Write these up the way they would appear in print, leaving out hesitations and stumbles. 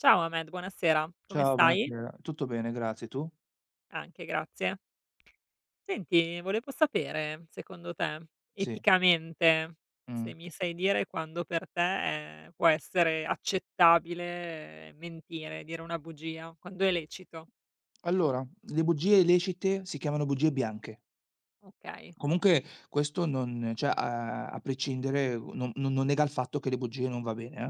Ciao Ahmed, buonasera, come Ciao, stai? buonasera. Tutto bene, grazie. Tu? Anche, grazie. Senti, volevo sapere, secondo te, Sì. eticamente, Mh. se mi sai dire quando per te, può essere accettabile mentire, dire una bugia, quando è lecito, Allora, le bugie lecite si chiamano bugie bianche. okay. Comunque questo non cioè a prescindere non nega il fatto che le bugie non va bene, eh.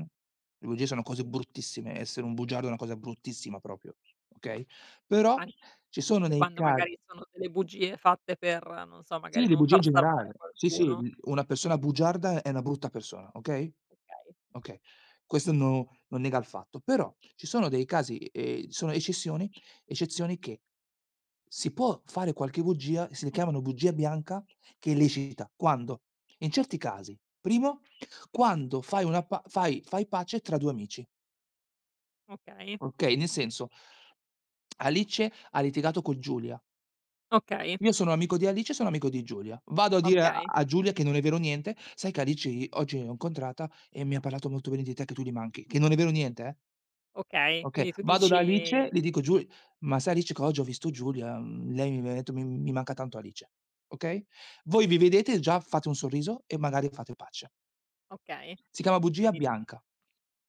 Le bugie sono cose bruttissime, essere un bugiardo è una cosa bruttissima proprio, okay, però ci sono Anche nei quando ca magari sono delle bugie fatte per, non so, magari sì, le non bugie in far star male generale. Sì, sì, qualcuno. l una persona bugiarda è una brutta persona, okay? Okay, Okay, questo non nega il fatto, però ci sono dei casi, sono eccezioni che si può fare qualche bugia, si le chiamano bugia bianca, che è lecita. Quando? In certi casi: primo, quando fai una pa fai fai pace tra 2 amici, okay, okay, nel senso: Alice ha litigato con Giulia. okay, Io sono amico di Alice, sono amico di Giulia. Vado a dire a okay, a Giulia che non è vero niente: "Sai che Alice i oggi l'ho incontrata e mi ha parlato molto bene di te, che tu gli manchi." Che non è vero niente, eh. okay. Okay, vado da Alice, le dico: "Giu Ma sai Alice che oggi ho visto Giulia, lei mi ha detto: "Mi manca tanto Alice", okay, voi vi vedete e già fate un sorriso e magari fate pace. okay, Si chiama bugia quindi bianca.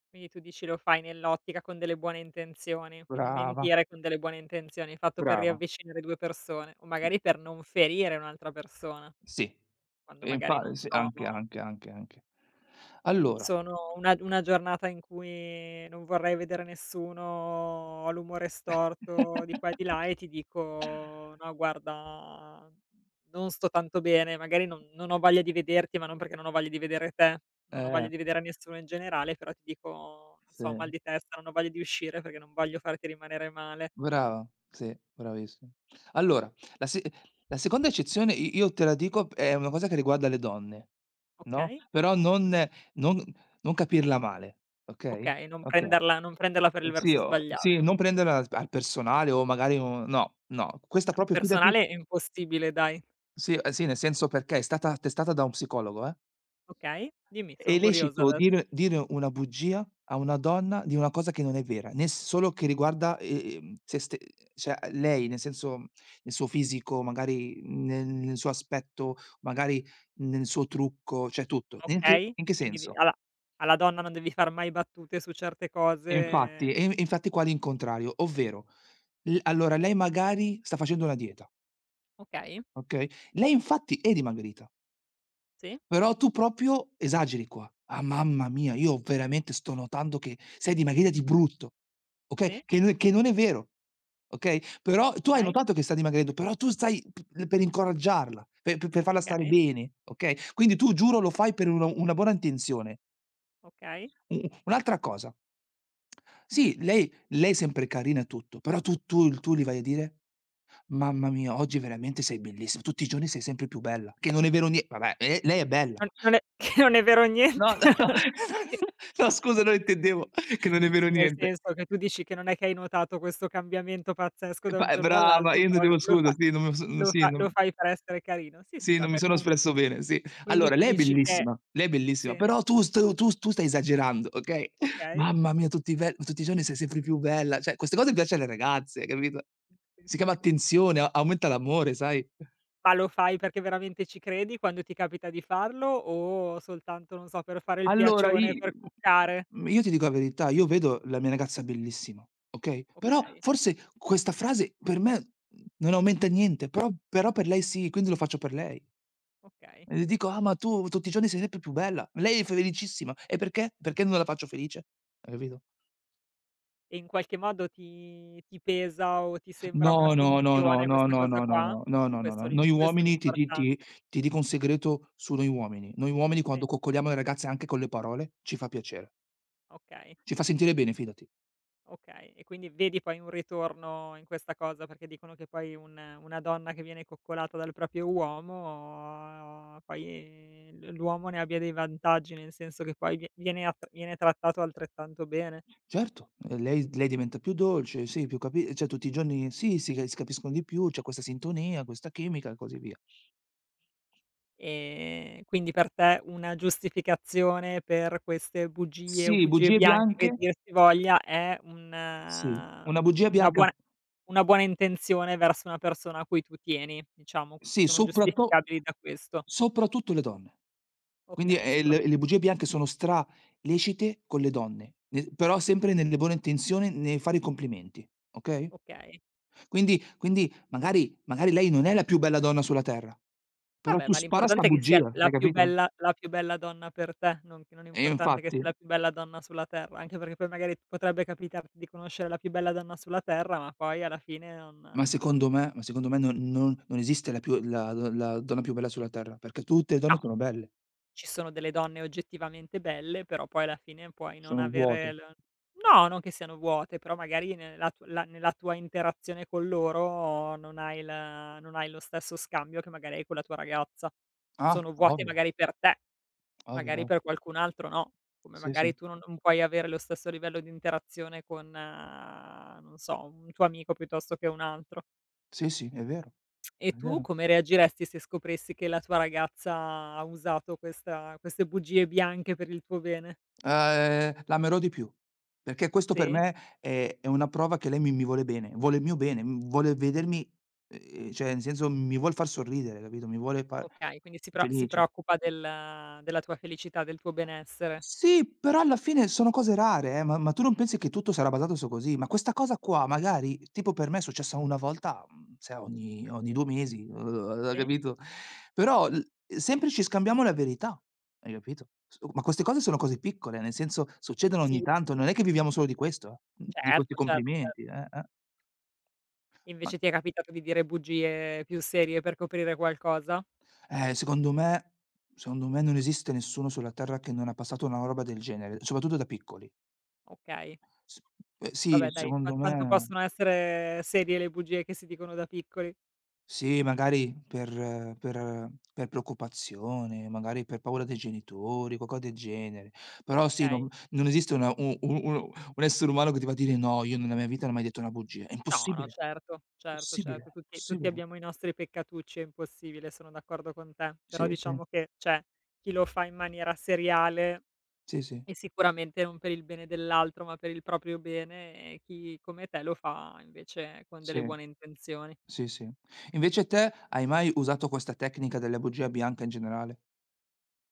Quindi tu dici lo fai nell'ottica con delle buone intenzioni, quindi Brava, mentire con delle buone intenzioni, fatto per brava. riavvicinare 2 persone o magari per non ferire un'altra persona, Sì. quando E magari infa non Sì, so anche, anche, anche, anche. Allora sono una giornata in cui non vorrei vedere nessuno, ho l'umore storto di qua e di là e ti dico: "No guarda, non sto tanto bene, magari non ho voglia di vederti, ma non perché non ho voglia di vedere te, non ho voglia Eh, di vedere nessuno in generale, però ti dico, non sì. so, ho mal di testa, non ho voglia di uscire perché non voglio farti rimanere male." Brava, sì, bravissima. Allora, la se la seconda eccezione i io te la dico, è una cosa che riguarda le donne, no, Okay, però non non capirla male, okay, okay, non okay. prenderla non prenderla per il Sì, verso o sì, sbagliato. non prenderla al personale o magari un no, no, questa No, proprio fidati personale è impossibile dai. sì, sì, nel senso perché è stata attestata da un psicologo, eh. Okay, dimmi, È sono curiosa lecito ades dire una bugia a una donna di una cosa che non è vera, nel solo che riguarda, se ste cioè lei, nel senso nel suo fisico, magari nel suo aspetto, magari nel suo trucco, cioè tutto. In che okay, in che quindi di senso? alla alla donna non devi far mai battute su certe E cose. infatti e infatti qua l'incontrario, ovvero l allora lei magari sta facendo una dieta, Okay, okay, lei infatti è dimagrita. sì, Però tu proprio esageri qua. "Ah, mamma mia, io veramente sto notando che sei dimagrita di brutto", okay, sì. Che non è vero, okay, però tu hai Okay, notato che sta dimagrendo, però tu stai p per incoraggiarla, pe pe per farla stare okay, bene, okay, quindi tu giuro lo fai per una buona intenzione. okay. U Un'altra cosa sì, lei è sempre carina e tutto, però tu gli vai a dire: "Mamma mia, oggi veramente sei bellissima, tutti i giorni sei sempre più bella", che non è vero nie vabbè, lei è bella. Non è che non è vero niente. No, no, no. No scusa, non intendevo che non è vero Sì, nel niente. senso che tu dici che non è che hai notato questo cambiamento pazzesco E da pa un giorno brava, all'altro, io però lo intendevo lo scusa, fai sì, non lo sì, fa non lo fai per essere carino. Sì, sì, sì, non mi vabbè sono comunque espresso bene, sì. quindi Allora, tu dici che lei è bellissima, sì, però tu st tu tu stai esagerando, okay? okay. Mamma mia, tutti i giorni sei sempre più bella. Cioè, queste cose piace alle ragazze, capito? Sì, Si sì, chiama sì. attenzione, a aumenta l'amore, sai? Ma lo fai perché veramente ci credi quando ti capita di farlo o soltanto, non so, per fare il Allora piacione, per cuccare? Io ti dico la verità, io vedo la mia ragazza bellissima, okay, però Okay, forse questa frase per me non aumenta niente, però per lei sì, quindi lo faccio per lei. okay. E le dico: "Ah, ma tu tutti i giorni sei sempre più bella". Lei è felicissima. E perché? Perché non la faccio felice? Hai capito? E in qualche modo ti pesa o ti sembra una No, no, no, no, finzione no, questa no, cosa no, no, no, qua? no, E no, no, no. questo l'im Noi questo uomini ti ti ti l'importante. ti dico un segreto su noi uomini. Noi uomini Sì, quando coccoliamo le ragazze anche con le parole, ci fa piacere. okay. Ci fa sentire bene, fidati. Okay, e quindi vedi poi un ritorno in questa cosa, perché dicono che poi un una donna che viene coccolata dal proprio uomo, poi l'uomo ne abbia dei vantaggi, nel senso che poi viene trattato altrettanto bene. Certo, lei diventa più dolce, sì, più capi cioè tutti i giorni sì, si capiscono di più, c'è questa sintonia, questa chimica e così via. Quindi per te una giustificazione per queste bugie o Sì, bugie bugie bianche bianche che dir si voglia è un sì, una bugia bianca una buona intenzione verso una persona a cui tu tieni, diciamo, sì, sono soprattut giustificabili da questo. soprattutto le donne. Quindi, Okay, soprattu le bugie bianche sono stra lecite con le donne, ne però sempre nelle buone intenzioni nel fare i complimenti, okay? okay. Quindi magari lei non è la più bella donna sulla terra, però Vabbè, tu ma spara 'sta l'importante è che sia bugia, hai capito? La più bella donna per te, non che non è E importante che infatti sia la più bella donna sulla terra, anche perché poi magari potrebbe capitarti di conoscere la più bella donna sulla terra, ma poi alla fine Ma non secondo me non esiste la donna più bella sulla terra, perché tutte le donne no, sono belle, ci sono delle donne oggettivamente belle, però poi alla fine puoi non sono vuote. avere l no, non che siano vuote, però magari nella tu la nella tua interazione con loro non hai lo stesso scambio che magari hai con la tua ragazza. Ah, Sono vuote ovvio, magari per te. ovvio, Magari ovvio. per qualcun altro no, come Sì, sì. magari tu non puoi avere lo stesso livello di interazione con, non so, un tuo amico piuttosto che un altro. Sì, sì, è vero, E è tu vero. come reagiresti se scoprissi che la tua ragazza ha usato questa queste bugie bianche per il tuo bene? L'amerò di più, perché questo per Sì? me è una prova che lei mi vuole bene, vuole il mio bene, vuole vedermi cioè nel senso mi vuol far sorridere, capito, mi vuole far Okay, quindi si felice. preoccupa del della tua felicità, del tuo benessere. Sì, però alla fine sono cose rare, ma tu non pensi che tutto sarà basato su così? Ma questa cosa qua magari, tipo per me è successa una volta, se ogni 2 mesi, hai Sì? capito? Però l sempre ci scambiamo la verità, hai capito? S Oh, ma queste cose sono cose piccole, nel senso succedono ogni Sì, tanto, non è che viviamo solo di questo, di questi certo, certo, complimenti, certo. Eh. Ma Invece ti è capitato di dire bugie più serie per coprire qualcosa? eh, secondo me secondo me non esiste nessuno sulla terra che non ha passato una roba del genere, soprattutto da piccoli. Okay. S Sì, Vabbè dai, qua secondo quanto me possono essere serie le bugie che si dicono da piccoli, sì, magari per preoccupazione, magari per paura dei genitori, qualcosa del genere. Però sì, okay. non esiste una u u u un essere umano che ti va a dire: "No, io nella mia vita non ho mai detto una bugia." È No, no, impossibile, certo, certo, certo, possibile, tutti tutti possibile. abbiamo i nostri peccatucci, è impossibile, sono d'accordo con te, però Sì, sì, diciamo che c'è chi lo fa in maniera seriale sì, sì, e sicuramente non per il bene dell'altro, ma per il proprio bene e chi come te lo fa invece con delle sì, buone intenzioni. sì, sì. Invece te, hai mai usato questa tecnica della bugia bianca in generale?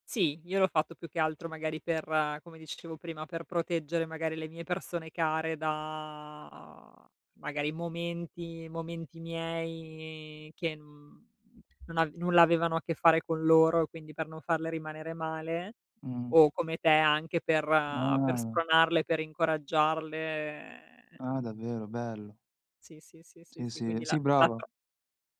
Sì, io l'ho fatto più che altro magari per come dicevo prima, per proteggere magari le mie persone care da magari momenti miei che, non av nulla avevano a che fare con loro, e quindi per non farle rimanere male, Mh. o come te anche per Ah, spronarle, per incoraggiarle. ah davvero, bello. Sì, sì, sì, sì, Sì, sì, sì, quindi sì la la brava. tro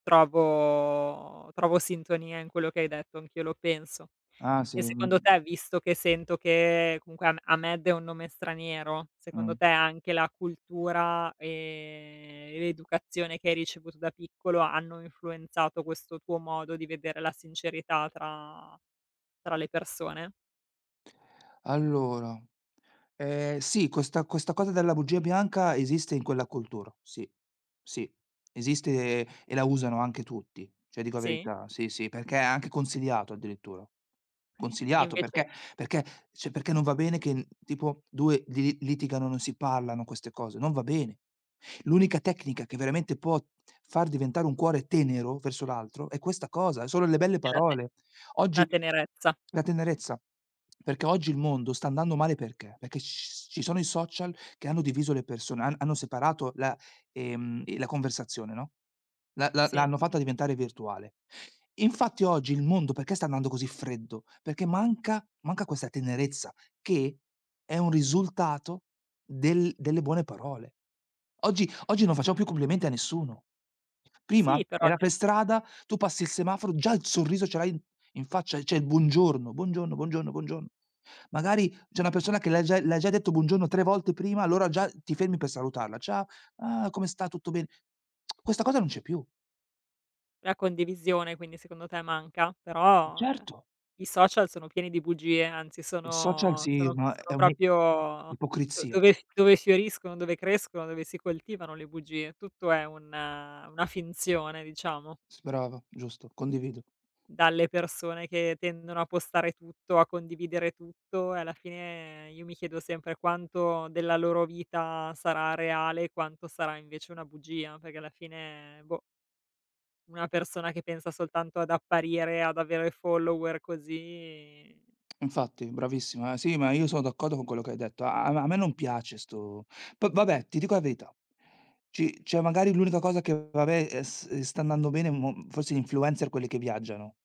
trovo sintonia in quello che hai detto, anch'io lo penso. Ah sì, E secondo te, visto che sento che comunque Ham Ahmed è un nome straniero, secondo mh. te anche la cultura, e l'educazione che hai ricevuto da piccolo hanno influenzato questo tuo modo di vedere la sincerità tra tra le persone? Allora, sì, questa cosa della bugia bianca esiste in quella cultura, sì, sì, esiste e la usano anche tutti, cioè dico la Sì? verità, sì, sì, perché è anche consigliato addirittura. E Consigliato invece perché perché cioè perché non va bene che, tipo 2 li litigano, non si parlano queste cose, non va bene. L'unica tecnica che veramente può far diventare un cuore tenero verso l'altro è questa cosa, sono le belle è la te parole. la Oggi tenerezza, la tenerezza, perché oggi il mondo sta andando male perché? Perché c ci sono i social che hanno diviso le persone, hanno separato la conversazione, no, la sì. l'hanno fatta diventare virtuale. Infatti oggi il mondo perché sta andando così freddo? Perché manca questa tenerezza che è un risultato delle buone parole. Oggi oggi non facciamo più complimenti a nessuno. Prima Sì, però era per dai, strada, tu passi il semaforo, già il sorriso ce l'hai in faccia, c'è il buongiorno, buongiorno, buongiorno, buongiorno. Magari c'è una persona che l'ha già detto buongiorno 3 volte prima, allora già ti fermi per salutarla: "Ciao, ah, come sta? Tutto bene?" Questa cosa non c'è più. la condivisione quindi secondo te manca, però, Certo, i social sono pieni di bugie, anzi il social sono sì, sono ma è sono un'i proprio do ipocrisia. dove dove fioriscono, dove crescono, dove si coltivano le bugie. Tutto è un una finzione diciamo, S Brava, giusto, condivido. dalle persone che tendono a postare tutto, a condividere tutto e alla fine io mi chiedo sempre quanto della loro vita sarà reale e quanto sarà invece una bugia, perché alla fine boh. Una persona che pensa soltanto ad apparire, ad avere follower così Infatti, bravissima. Sì, ma io sono d'accordo con quello che hai detto. A me non piace 'sto p vabbè, ti dico la verità, ci cioè magari l'unica cosa che vabbè, s sta andando bene mo forse gli influencer, quelli che viaggiano.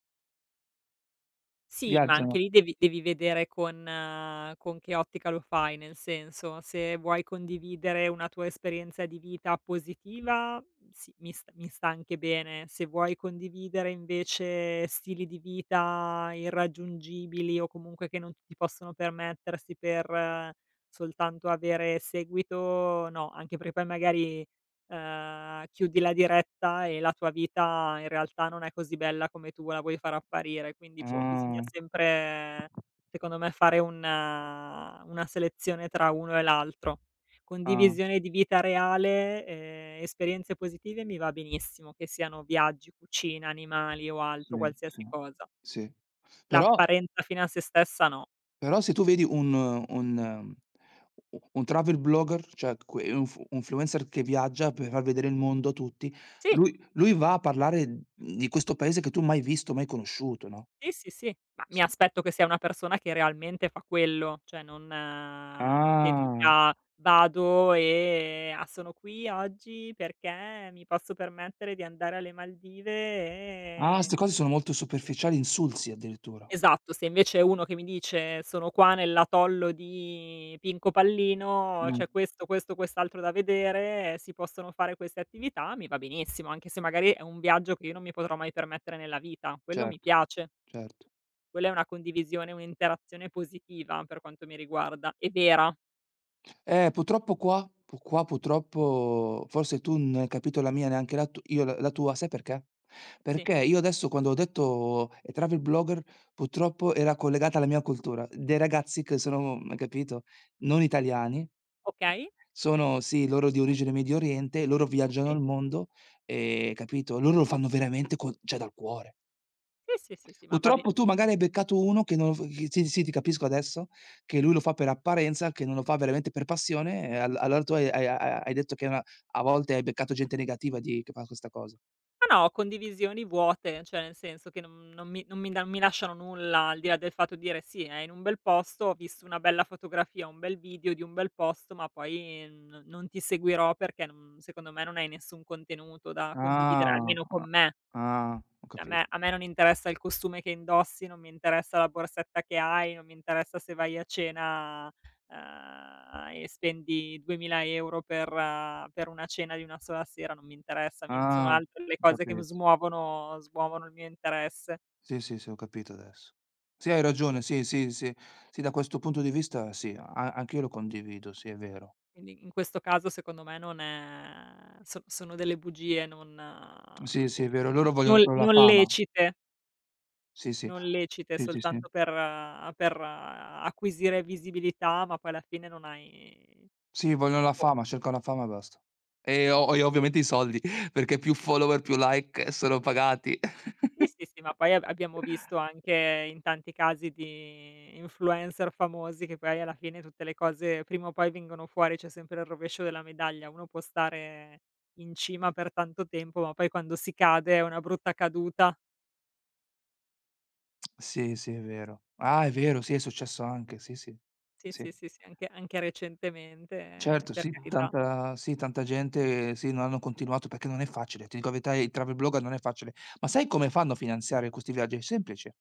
sì, ma Viaggiano. anche lì devi vedere con che ottica lo fai, nel senso, se vuoi condividere una tua esperienza di vita positiva, sì, mi sta anche bene. Se vuoi condividere invece stili di vita irraggiungibili o comunque che non tutti possono permettersi per soltanto avere seguito, no, anche perché poi magari chiudi la diretta e la tua vita in realtà non è così bella come tu la vuoi far apparire. Quindi, boh, bisogna Ah, sempre secondo me fare un una selezione tra uno e l'altro. ah, Condivisione di vita reale, esperienze positive mi va benissimo, che siano viaggi, cucina, animali o sì, altro, sì, qualsiasi cosa. sì. Però L'apparenza fino a se stessa no. però se tu vedi un travel blogger, cioè que inf influencer che viaggia per far vedere il mondo a tutti, Sì. lui va a parlare di questo paese che tu mai visto, mai conosciuto, no? Sì, sì, sì, ma mi Sì. aspetto che sia una persona che realmente fa quello, cioè non non che Ah, dica: "Vado e ah, sono qui oggi perché mi posso permettere di andare alle Maldive ah, e" 'ste cose sono molto superficiali, insulsi addirittura. esatto, se invece è uno che mi dice: "Sono qua nell'atollo di Pinco Pallino, Mh. c'è questo, questo, quest'altro da vedere, si possono fare queste attività", mi va benissimo, anche se magari è un viaggio che io non mi potrò mai permettere nella vita, quello mi Certo, piace. certo. Quella è una condivisione, un'interazione positiva per quanto mi riguarda, e vera. Purtroppo qua pu qua purtroppo forse tu non hai capito la mia, neanche la tua, sai perché? Sì, Perché io adesso quando ho detto, travel blogger, purtroppo era collegata alla mia cultura, dei ragazzi che sono hai capito, non italiani. okay, Sono sì, loro di origine Medio Oriente, loro viaggiano sì, al mondo, capito, loro lo fanno veramente co cioè dal cuore. sì, sì, sì, sì, ma va be Purtroppo tu magari hai beccato uno che non lo f che sì, sì, ti capisco adesso, che lui lo fa per apparenza, che non lo fa veramente per passione, e al allora tu hai detto che è una a volte hai beccato gente negativa di che fa questa cosa. ma no, condivisioni vuote, cioè nel senso che non mi lasciano nulla, al di là del fatto di dire: "Sì, è in un bel posto, ho visto una bella fotografia, un bel video di un bel posto", ma poi n non ti seguirò perché non secondo me non hai nessun contenuto da condividere, Ah, almeno a con me. ah, ho A me capito. a me non interessa il costume che indossi, non mi interessa la borsetta che hai, non mi interessa se vai a cena, e spendi 2000 € per una cena di una sola sera, non mi interessa, mi sono Ah, altre le ho cose che mi capito. Smuovono il mio interesse. Sì, sì, sì, ho capito adesso. Sì, hai ragione, sì, sì, sì. Sì, da questo punto di vista sì, a anch'io lo condivido, sì, è vero. Quindi in questo caso secondo me non è so sono delle bugie non Sì, sì, è boh, vero, loro vogliono non solo la non fama. lecite, Sì, sì. non lecite Sì, sì, sì. soltanto per acquisire visibilità, ma poi alla fine non hai Sì, vogliono la boh. fama, cercano la fama e basta. E o e ovviamente i soldi, perché più follower, più like sono pagati. Sì, sì, sì, ma poi ab abbiamo visto anche in tanti casi di influencer famosi che poi alla fine tutte le cose prima o poi vengono fuori, c'è sempre il rovescio della medaglia. Uno può stare in cima per tanto tempo, ma poi quando si cade è una brutta caduta. Sì, sì, è vero. Ah, è vero, sì, è successo anche, sì, sì. Sì, Sì. sì, sì, sì, anche anche recentemente, Certo, per sì, Mh-mh. carità. Tanta Sì, tanta gente sì, non hanno continuato perché non è facile, ti dico la verità, i travel blogger non è facile. Ma sai come fanno a finanziare questi viaggi? È semplice.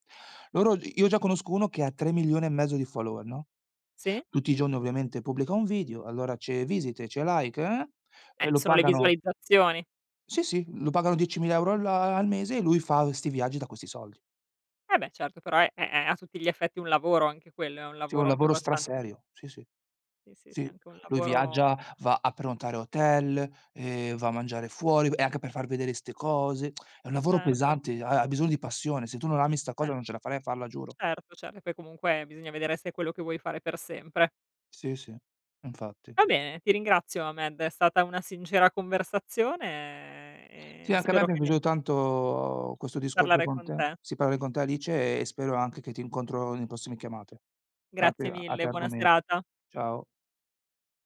Loro Io già conosco uno che ha 3.500.000 di follower, no, Sì? tutti i giorni ovviamente pubblica un video, allora c'è visite, c'è like, e lo Sono le pagano visualizzazioni. sì, sì, lo pagano 10.000 € al mese e lui fa 'sti viaggi da questi soldi. Eh beh, certo, però è a tutti gli effetti un lavoro anche quello, è un Sì, è un lavoro anche lavoro abbastanza straserio. Sì, sì, sì, sì, sì, sì. anche un Lui viaggia, lavoro va a prenotare hotel, va a mangiare fuori e anche per far vedere 'ste cose. È un lavoro certo, pesante, ha bisogno di passione. Se tu non ami 'sta cer cosa non ce la farei a farla, giuro. certo, certo, poi comunque bisogna vedere se è quello che vuoi fare per sempre. Sì, sì, infatti. Va bene, ti ringrazio Ahmed, è stata una sincera conversazione Sì, e anche a me spero mi è che ne piaciuto tanto questo discorso parlare con con te, te. sì, parlare con te Alice e spero anche che ti incontro nelle prossime chiamate. Grazie A te mille, buona argomenti. serata. Ciao.